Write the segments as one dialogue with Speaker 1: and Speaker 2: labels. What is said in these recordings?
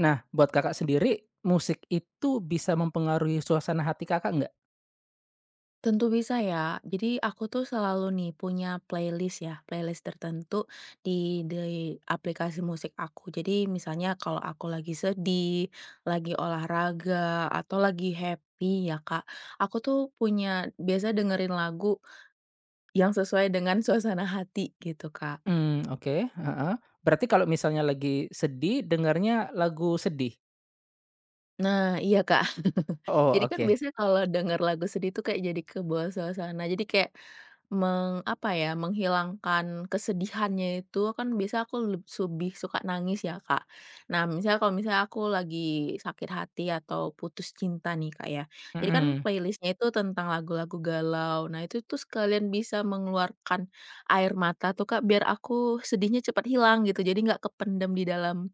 Speaker 1: Nah, buat Kakak sendiri, musik itu bisa mempengaruhi suasana hati Kakak nggak?
Speaker 2: Tentu bisa ya. Jadi aku tuh selalu nih punya playlist ya, playlist tertentu di aplikasi musik aku. Jadi misalnya kalau aku lagi sedih, lagi olahraga, atau lagi happy ya Kak, aku tuh punya biasa dengerin lagu yang sesuai dengan suasana hati gitu Kak.
Speaker 1: Mmm, oke, heeh. Berarti kalau misalnya lagi sedih, dengarnya lagu sedih?
Speaker 2: Nah, iya Kak.
Speaker 1: Oh,
Speaker 2: Jadi kan
Speaker 1: oke.
Speaker 2: biasanya kalau denger lagu sedih tuh kayak jadi ke bawah suasana. Jadi kayak apa ya, menghilangkan kesedihannya itu kan biasa aku lebih suka nangis ya, Kak. Nah, misalnya kalau misalnya aku lagi sakit hati atau putus cinta nih, Kak, ya. Jadi kan
Speaker 1: Mhm.
Speaker 2: playlistnya itu tentang lagu-lagu galau. Nah, itu tuh sekalian bisa mengeluarkan air mata tuh, Kak, biar aku sedihnya cepat hilang gitu. Jadi nggak kependam di dalam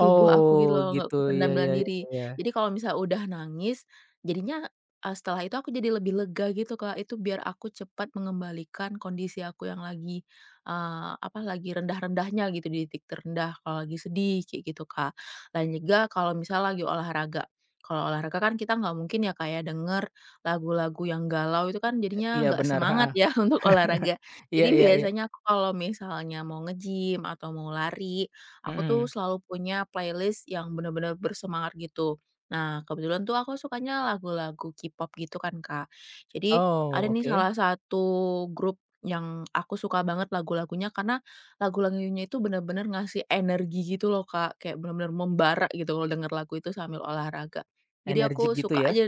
Speaker 2: tubuh aku gitu
Speaker 1: Oh,
Speaker 2: loh, nggak
Speaker 1: gitu.
Speaker 2: kependam
Speaker 1: Iya
Speaker 2: dalam
Speaker 1: iya iya
Speaker 2: diri.
Speaker 1: iya.
Speaker 2: Jadi kalau misal udah nangis, jadinya, setelah itu aku jadi lebih lega gitu, Kak. Itu biar aku cepat mengembalikan kondisi aku yang lagi, apa, lagi rendah-rendahnya gitu, di titik terendah kalau lagi sedih, kayak gitu, Kak. Lain juga kalau misal lagi olahraga. Kalau olahraga kan kita nggak mungkin ya, kayak denger lagu-lagu yang galau itu kan jadinya
Speaker 1: Iya,
Speaker 2: nggak
Speaker 1: benar,
Speaker 2: semangat
Speaker 1: heeh.
Speaker 2: ya untuk olahraga. Jadi
Speaker 1: Iya iya iya.
Speaker 2: biasanya aku kalau misalnya mau nge-gym atau mau lari aku tuh
Speaker 1: Mhm.
Speaker 2: selalu punya playlist yang bener-bener bersemangat gitu. Nah, kebetulan tuh aku sukanya lagu-lagu K-pop gitu kan, Kak. Jadi ada
Speaker 1: Oh,
Speaker 2: nih
Speaker 1: oke.
Speaker 2: salah satu grup yang aku suka banget lagu-lagunya karena lagu-lagunya itu bener-bener ngasih energi gitu loh, Kak. Kayak bener-bener membara gitu kalau denger lagu itu sambil olahraga. Jadi
Speaker 1: Energik
Speaker 2: aku
Speaker 1: gitu
Speaker 2: suka
Speaker 1: ya?
Speaker 2: aja.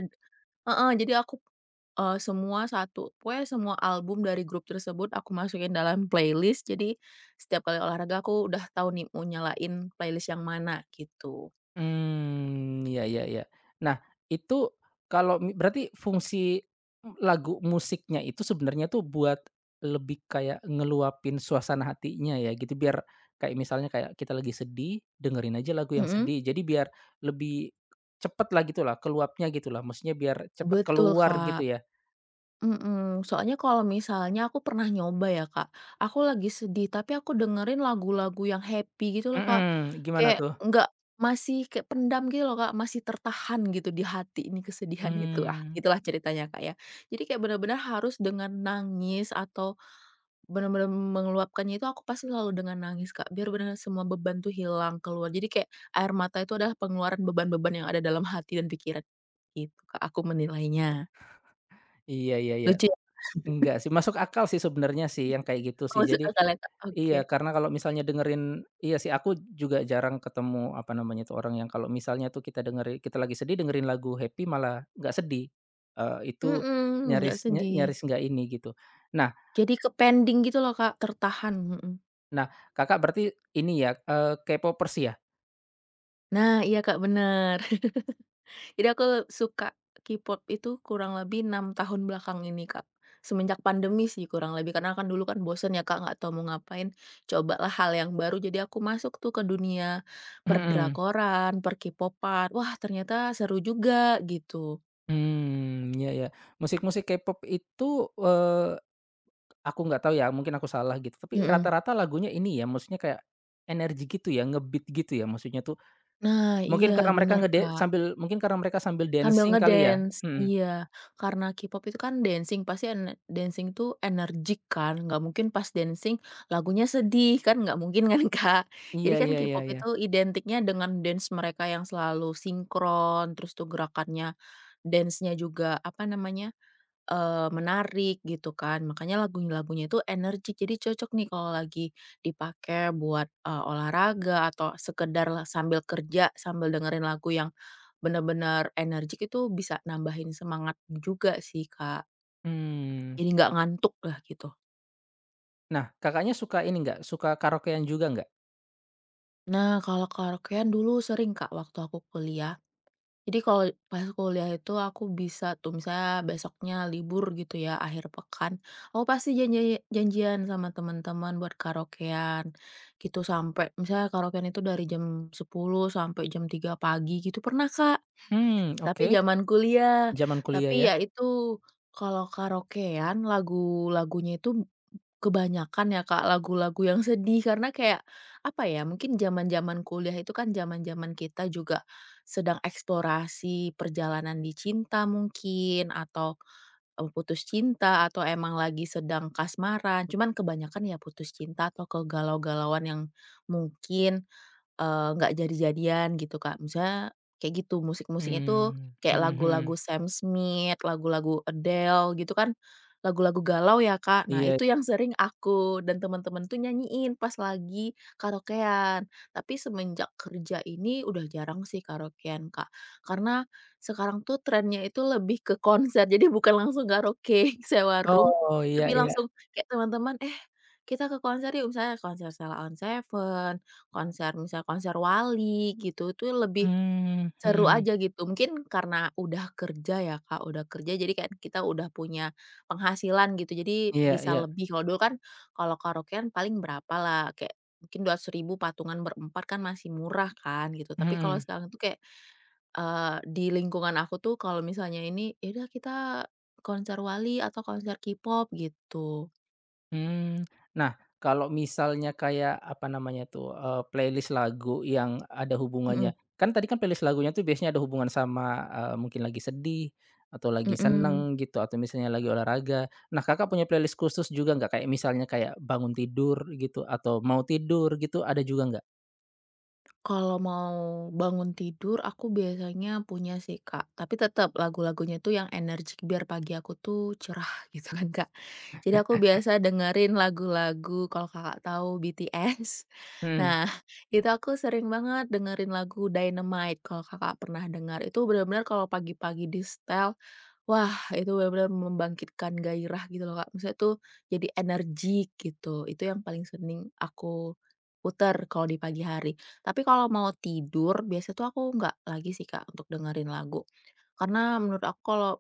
Speaker 2: Heeh, jadi aku, semua satu pokoknya semua album dari grup tersebut aku masukin dalam playlist, jadi setiap kali olahraga aku udah tahu nih mau nyalain playlist yang mana gitu.
Speaker 1: Mmm, iya iya iya. Nah, itu kalau mi berarti fungsi lagu musiknya itu sebenarnya tuh buat lebih kayak ngeluapin suasana hatinya ya gitu, biar kayak misalnya kayak kita lagi sedih, dengerin aja lagu yang
Speaker 2: Mhm.
Speaker 1: sedih. Jadi biar lebih cepet lah gitu lah, keluapnya gitu lah, maksudnya biar cepet
Speaker 2: Betul,
Speaker 1: keluar
Speaker 2: Kak.
Speaker 1: gitu ya?
Speaker 2: Mhm, soalnya kalau misalnya aku pernah nyoba ya, Kak, aku lagi sedih tapi aku dengerin lagu-lagu yang happy gitu loh, Kak.
Speaker 1: Mhm, gimana
Speaker 2: Kayak
Speaker 1: tuh?
Speaker 2: nggak masih kayak pendam gitu loh, Kak, masih tertahan gitu di hati ini kesedihan itu, lah,
Speaker 1: Mmm,
Speaker 2: itulah ceritanya, Kak, ya. Jadi kayak benar-benar harus dengan nangis atau benar-benar mengeluapkannya itu aku pasti selalu dengan nangis, Kak, biar bener semua beban tuh hilang, keluar. Jadi kayak air mata itu adalah pengeluaran beban-beban yang ada dalam hati dan pikiran. Gitu, Kak, aku menilainya.
Speaker 1: iya iya iya.
Speaker 2: Lucu.
Speaker 1: Enggak sih, masuk akal sih sebenarnya sih yang kayak gitu
Speaker 2: Oh,
Speaker 1: sih.
Speaker 2: masuk
Speaker 1: Jadi
Speaker 2: akal ya, Kak, oke.
Speaker 1: iya, karena kalau misalnya dengerin iya sih, aku juga jarang ketemu, apa namanya tuh, orang yang kalau misalnya tuh kita dengerin, kita lagi sedih dengerin lagu happy malah nggak sedih, itu
Speaker 2: Mhm, nggak
Speaker 1: nyaris
Speaker 2: sedih.
Speaker 1: nyaris nggak ini gitu. Nah
Speaker 2: Jadi ke-pending gitu loh, Kak, tertahan, mhm.
Speaker 1: nah, Kakak berarti ini ya, K-popers ya?
Speaker 2: Nah, iya, Kak, bener. Jadi aku suka K-pop itu kurang lebih 6 tahun belakang ini, Kak. Semenjak pandemi sih kurang lebih, karena kan dulu kan bosen ya, Kak, nggak tahu mau ngapain, cobalah hal yang baru, jadi aku masuk tuh ke dunia
Speaker 1: Mhm,
Speaker 2: perdrakoran drakoran per per-K-popan, wah ternyata seru juga gitu,
Speaker 1: mmm, ya. Iya. Musik-musik K-pop itu, eee, aku nggak tahu ya, mungkin aku salah gitu, tapi
Speaker 2: mhm.
Speaker 1: rata-rata lagunya ini ya, maksudnya kayak energi gitu ya, ngebeat gitu ya, maksudnya tuh
Speaker 2: Nah,
Speaker 1: mungkin
Speaker 2: iya
Speaker 1: karena mereka
Speaker 2: bener,
Speaker 1: ngede
Speaker 2: Kak.
Speaker 1: sambil mungkin karena mereka sambil
Speaker 2: Sambil
Speaker 1: dancing kali ya?
Speaker 2: ngedance,
Speaker 1: Mhm.
Speaker 2: iya. Karena K-pop itu kan dancing, pasti dancing tuh energik kan, nggak mungkin pas dancing lagunya sedih, kan nggak mungkin kan, Kak. Jadi
Speaker 1: Iya
Speaker 2: kan
Speaker 1: iya iya
Speaker 2: K-pop
Speaker 1: iya.
Speaker 2: itu identiknya dengan dance mereka yang selalu sinkron, terus tuh gerakannya, dance-nya juga, apa namanya, menarik gitu kan, makanya lagu-lagunya itu energik, jadi cocok nih kalau lagi dipakai buat, olahraga atau sekedar sambil kerja, sambil dengerin lagu yang benar-benar energik itu bisa nambahin semangat juga sih, Kak.
Speaker 1: Mmm.
Speaker 2: Jadi nggak ngantuk lah gitu.
Speaker 1: Nah, Kakaknya suka ini nggak, suka karaokean juga nggak?
Speaker 2: Nah, kalau karaokean dulu sering, Kak, waktu aku kuliah. Jadi kalau pas kuliah itu aku bisa tuh misalnya besoknya libur gitu ya, akhir pekan, aku pasti janjian sama teman-teman buat karaokean, gitu. Sampai misalnya karaokean itu dari jam 10 sampai jam 3 pagi gitu pernah, Kak,
Speaker 1: Mmm,
Speaker 2: tapi
Speaker 1: oke.
Speaker 2: zaman kuliah.
Speaker 1: Zaman kuliah
Speaker 2: Tapi
Speaker 1: ya?
Speaker 2: ya itu, kalau karaokean lagu-lagunya itu kebanyakan ya, Kak, lagu-lagu yang sedih karena kayak, apa ya, mungkin zaman-zaman kuliah itu kan zaman-zaman kita juga sedang eksplorasi perjalanan di cinta mungkin atau, putus cinta atau emang lagi sedang kasmaran, cuman kebanyakan ya putus cinta atau kegalau-galauan yang mungkin nggak jadi-jadian gitu, Kak. Misalnya kayak gitu, musik-musiknya tuh
Speaker 1: Mmm,
Speaker 2: kayak
Speaker 1: mhm
Speaker 2: lagu-lagu
Speaker 1: mhm.
Speaker 2: Sam Smith, lagu-lagu Adele gitu kan, lagu-lagu galau ya, Kak. Nah,
Speaker 1: Iya.
Speaker 2: itu yang sering aku dan teman-teman tuh nyanyiin pas lagi karaokean. Tapi semenjak kerja ini udah jarang sih karaokean, Kak. Karena sekarang tuh trennya itu lebih ke konser, jadi bukan langsung karaoke sewa room,
Speaker 1: Oh, iya
Speaker 2: tapi
Speaker 1: iya.
Speaker 2: langsung kayak teman-teman, "Eh, kita ke konser yuk," misalnya konser Sheila on Seven. Konser misal konser Wali gitu, itu lebih
Speaker 1: Mmm, mhm
Speaker 2: seru
Speaker 1: mhm.
Speaker 2: aja gitu. Mungkin karena udah kerja ya, Kak, udah kerja jadi kayak kita udah punya penghasilan gitu, jadi
Speaker 1: Iya
Speaker 2: bisa
Speaker 1: iya.
Speaker 2: lebih. Kalau dulu kan kalau karaokean paling berapa lah kayak mungkin 200.000 patungan berempat kan masih murah kan gitu. Tapi kalau
Speaker 1: Mhm.
Speaker 2: sekarang tuh kayak, di lingkungan aku tuh kalau misalnya ini, "Ya udah kita konser Wali atau konser K-pop," gitu.
Speaker 1: Hmm. Nah, kalau misalnya kayak, apa namanya tuh, playlist lagu yang ada
Speaker 2: Mhm
Speaker 1: hubungannya kan tadi kan playlist lagunya tuh biasanya ada hubungan sama, mungkin lagi sedih atau lagi
Speaker 2: mhm.
Speaker 1: seneng gitu atau misalnya lagi olahraga. Nah, Kakak punya playlist khusus juga nggak? Kayak misalnya kayak bangun tidur gitu atau mau tidur gitu ada juga nggak?
Speaker 2: Kalau mau bangun tidur, aku biasanya punya sih, Kak. Tapi tetap lagu-lagunya itu yang energik biar pagi aku tuh cerah gitu kan, Kak. Jadi aku biasa dengerin lagu-lagu kalau Kakak tahu BTS.
Speaker 1: Hmm.
Speaker 2: Nah, itu aku sering banget dengerin lagu Dynamite kalau Kakak pernah dengar. Itu benar-benar kalau pagi-pagi di setel, wah itu benar-benar membangkitkan gairah gitu loh Kak. Maksudnya tuh jadi energik gitu. Itu yang paling sering aku puter kalau di pagi hari. Tapi kalau mau tidur, biasa tuh aku nggak lagi sih Kak untuk dengerin lagu. Karena menurut aku kalau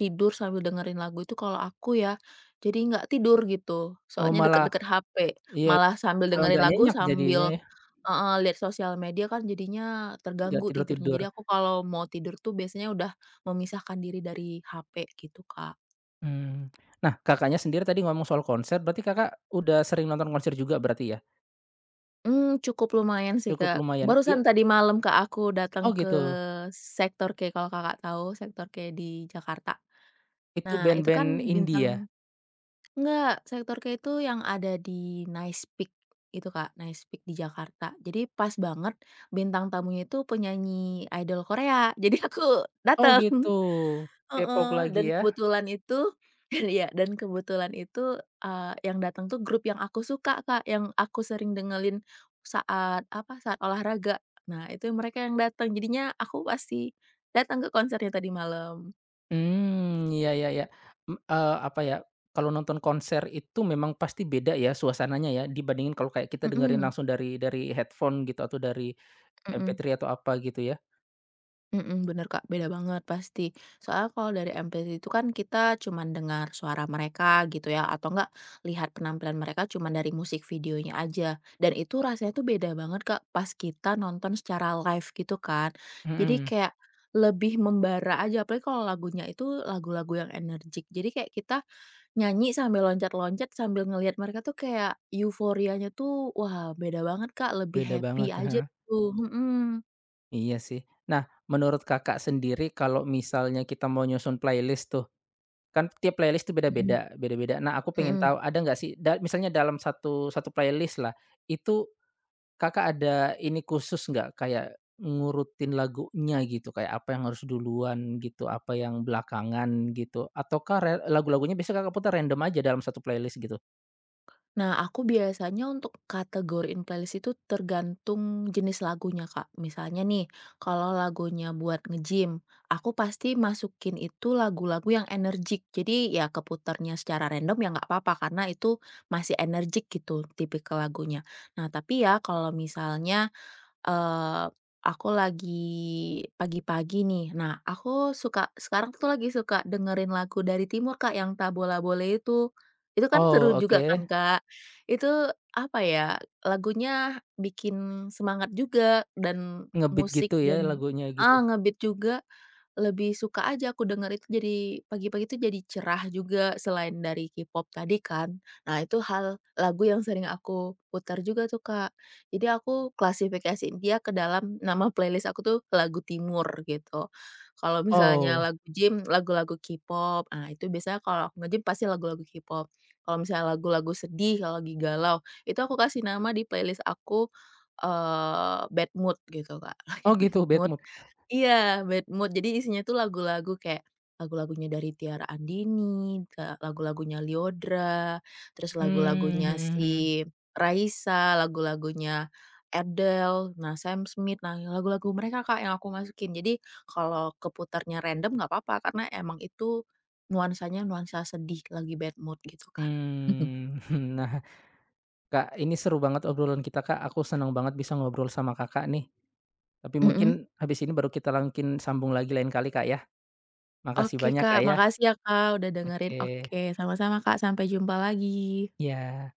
Speaker 2: tidur sambil dengerin lagu itu kalau aku ya jadi nggak tidur gitu,
Speaker 1: Oh
Speaker 2: soalnya
Speaker 1: malah
Speaker 2: deket-deket HP,
Speaker 1: iya,
Speaker 2: malah sambil
Speaker 1: malah
Speaker 2: dengerin
Speaker 1: nggak
Speaker 2: lagu
Speaker 1: nyenyak jadinya
Speaker 2: sambil
Speaker 1: ya,
Speaker 2: heeh, lihat sosial media kan jadinya
Speaker 1: nggak
Speaker 2: terganggu tidurnya.
Speaker 1: tidur-tidur.
Speaker 2: Jadi aku kalau mau tidur tuh biasanya udah memisahkan diri dari HP gitu, Kak.
Speaker 1: Hmm. Nah, Kakaknya sendiri tadi ngomong soal konser berarti Kakak udah sering nonton konser juga berarti ya?
Speaker 2: Mmm, cukup lumayan sih,
Speaker 1: Cukup
Speaker 2: Kak.
Speaker 1: lumayan.
Speaker 2: Barusan
Speaker 1: I
Speaker 2: tadi malam, Kak, aku datang
Speaker 1: oh
Speaker 2: ke
Speaker 1: gitu,
Speaker 2: Sektor K, kalau Kakak tahu Sektor K di Jakarta.
Speaker 1: itu
Speaker 2: Nah itu
Speaker 1: band-band
Speaker 2: kan
Speaker 1: indie ya?
Speaker 2: bintang Enggak, Sektor K itu yang ada di Nice Peak itu, Kak, Nice Peak di Jakarta. Jadi pas banget bintang tamunya itu penyanyi idol Korea, jadi aku
Speaker 1: Oh
Speaker 2: datang.
Speaker 1: gitu, K-pop
Speaker 2: Heeh, dan
Speaker 1: lagi ya?
Speaker 2: kebetulan itu ya dan kebetulan itu, yang datang tuh grup yang aku suka, Kak, yang aku sering dengerin saat apa, saat olahraga. Nah, itu mereka yang datang, jadinya aku pasti datang ke konsernya tadi malam.
Speaker 1: Mmm, iya iya iya, m apa ya, kalau nonton konser itu memang pasti beda ya suasananya ya dibandingin kalau kayak kita dengerin
Speaker 2: Mhm,
Speaker 1: langsung dari headphone gitu atau dari
Speaker 2: mhm.
Speaker 1: MP3 atau apa gitu ya?
Speaker 2: Mhm, bener Kak, beda banget pasti. Soalnya kalau dari MPV itu kan kita cuman dengar suara mereka gitu ya, atau enggak lihat penampilan mereka cuman dari musik videonya aja. Dan itu rasanya tuh beda banget Kak, pas kita nonton secara live gitu kan. Jadi
Speaker 1: Mhm,
Speaker 2: kayak lebih membara aja, apalagi kalau lagunya itu lagu-lagu yang energik. Jadi kayak kita nyanyi sambil loncat-loncat, sambil ngelihat mereka tuh kayak euforianya tuh, wah beda banget Kak, lebih
Speaker 1: beda
Speaker 2: happy
Speaker 1: banget,
Speaker 2: aja
Speaker 1: heeh,
Speaker 2: gitu, mhm.
Speaker 1: iya sih. Nah, menurut Kakak sendiri kalau misalnya kita mau nyusun playlist tuh, kan tiap playlist tuh
Speaker 2: Mhm.
Speaker 1: beda-beda. Nah, aku pengen
Speaker 2: Mhm.
Speaker 1: tahu ada nggak sih da misalnya dalam satu satu playlist lah, itu Kakak ada ini khusus nggak, kayak ngurutin lagunya gitu, kayak apa yang harus duluan gitu, apa yang belakangan gitu, ataukah re lagu-lagunya biasanya Kakak putar random aja dalam satu playlist gitu?
Speaker 2: Nah, aku biasanya untuk kategoriin playlist itu tergantung jenis lagunya, Kak. Misalnya nih, kalau lagunya buat nge-gym, aku pasti masukin itu lagu-lagu yang energik. Jadi ya keputarnya secara random ya nggak apa-apa karena itu masih energik gitu tipikal lagunya. Nah, tapi ya kalau misalnya eh aku lagi pagi-pagi nih. Nah, aku suka sekarang tuh lagi suka dengerin lagu dari timur, Kak, yang Tabola Bole itu. Itu kan seru
Speaker 1: Oh,
Speaker 2: juga
Speaker 1: oke,
Speaker 2: kan, Kak. Itu apa ya, lagunya bikin semangat juga dan
Speaker 1: nge
Speaker 2: musik
Speaker 1: gitu ya
Speaker 2: dan
Speaker 1: lagunya gitu?
Speaker 2: ah, nge juga. Lebih suka aja aku denger itu jadi pagi-pagi itu jadi cerah juga selain dari K-pop tadi kan. Nah itu hal lagu yang sering aku putar juga tuh, Kak. Jadi aku klasifikasiin dia ke dalam nama playlist aku tuh lagu timur gitu. Kalau misalnya
Speaker 1: Oh
Speaker 2: lagu gym, lagu-lagu K-pop. Nah itu biasanya kalau aku nge-gym pasti lagu-lagu K-pop. Kalau misalnya lagu-lagu sedih, kalau lagi galau, itu aku kasih nama di playlist aku, bad mood gitu, Kak.
Speaker 1: oh
Speaker 2: Lagi bad
Speaker 1: gitu, bad
Speaker 2: mood.
Speaker 1: mood?
Speaker 2: Iya, bad mood. Jadi isinya tuh lagu-lagu kayak lagu-lagunya dari Tiara Andini, ke lagu-lagunya Lyodra, terus
Speaker 1: Mmm,
Speaker 2: lagu-lagunya
Speaker 1: mhm mhm.
Speaker 2: si Raisa, lagu-lagunya Adele, nah Sam Smith, nah lagu-lagu mereka, Kak, yang aku masukin. Jadi kalau keputarnya random nggak apa-apa karena emang itu nuansanya nuansa sedih lagi bad mood gitu, Kak.
Speaker 1: Mmm, nah, Kak, ini seru banget obrolan kita, Kak, aku senang banget bisa ngobrol sama Kakak nih, tapi
Speaker 2: Mhm.
Speaker 1: mungkin habis ini baru kita langkin sambung lagi lain kali, Kak, ya. Makasih
Speaker 2: Oke,
Speaker 1: banyak,
Speaker 2: Kak,
Speaker 1: Kak, ya.
Speaker 2: makasih ya, Kak, udah dengerin.
Speaker 1: Oke,
Speaker 2: Oke, sama-sama, Kak, sampai jumpa lagi.
Speaker 1: ya.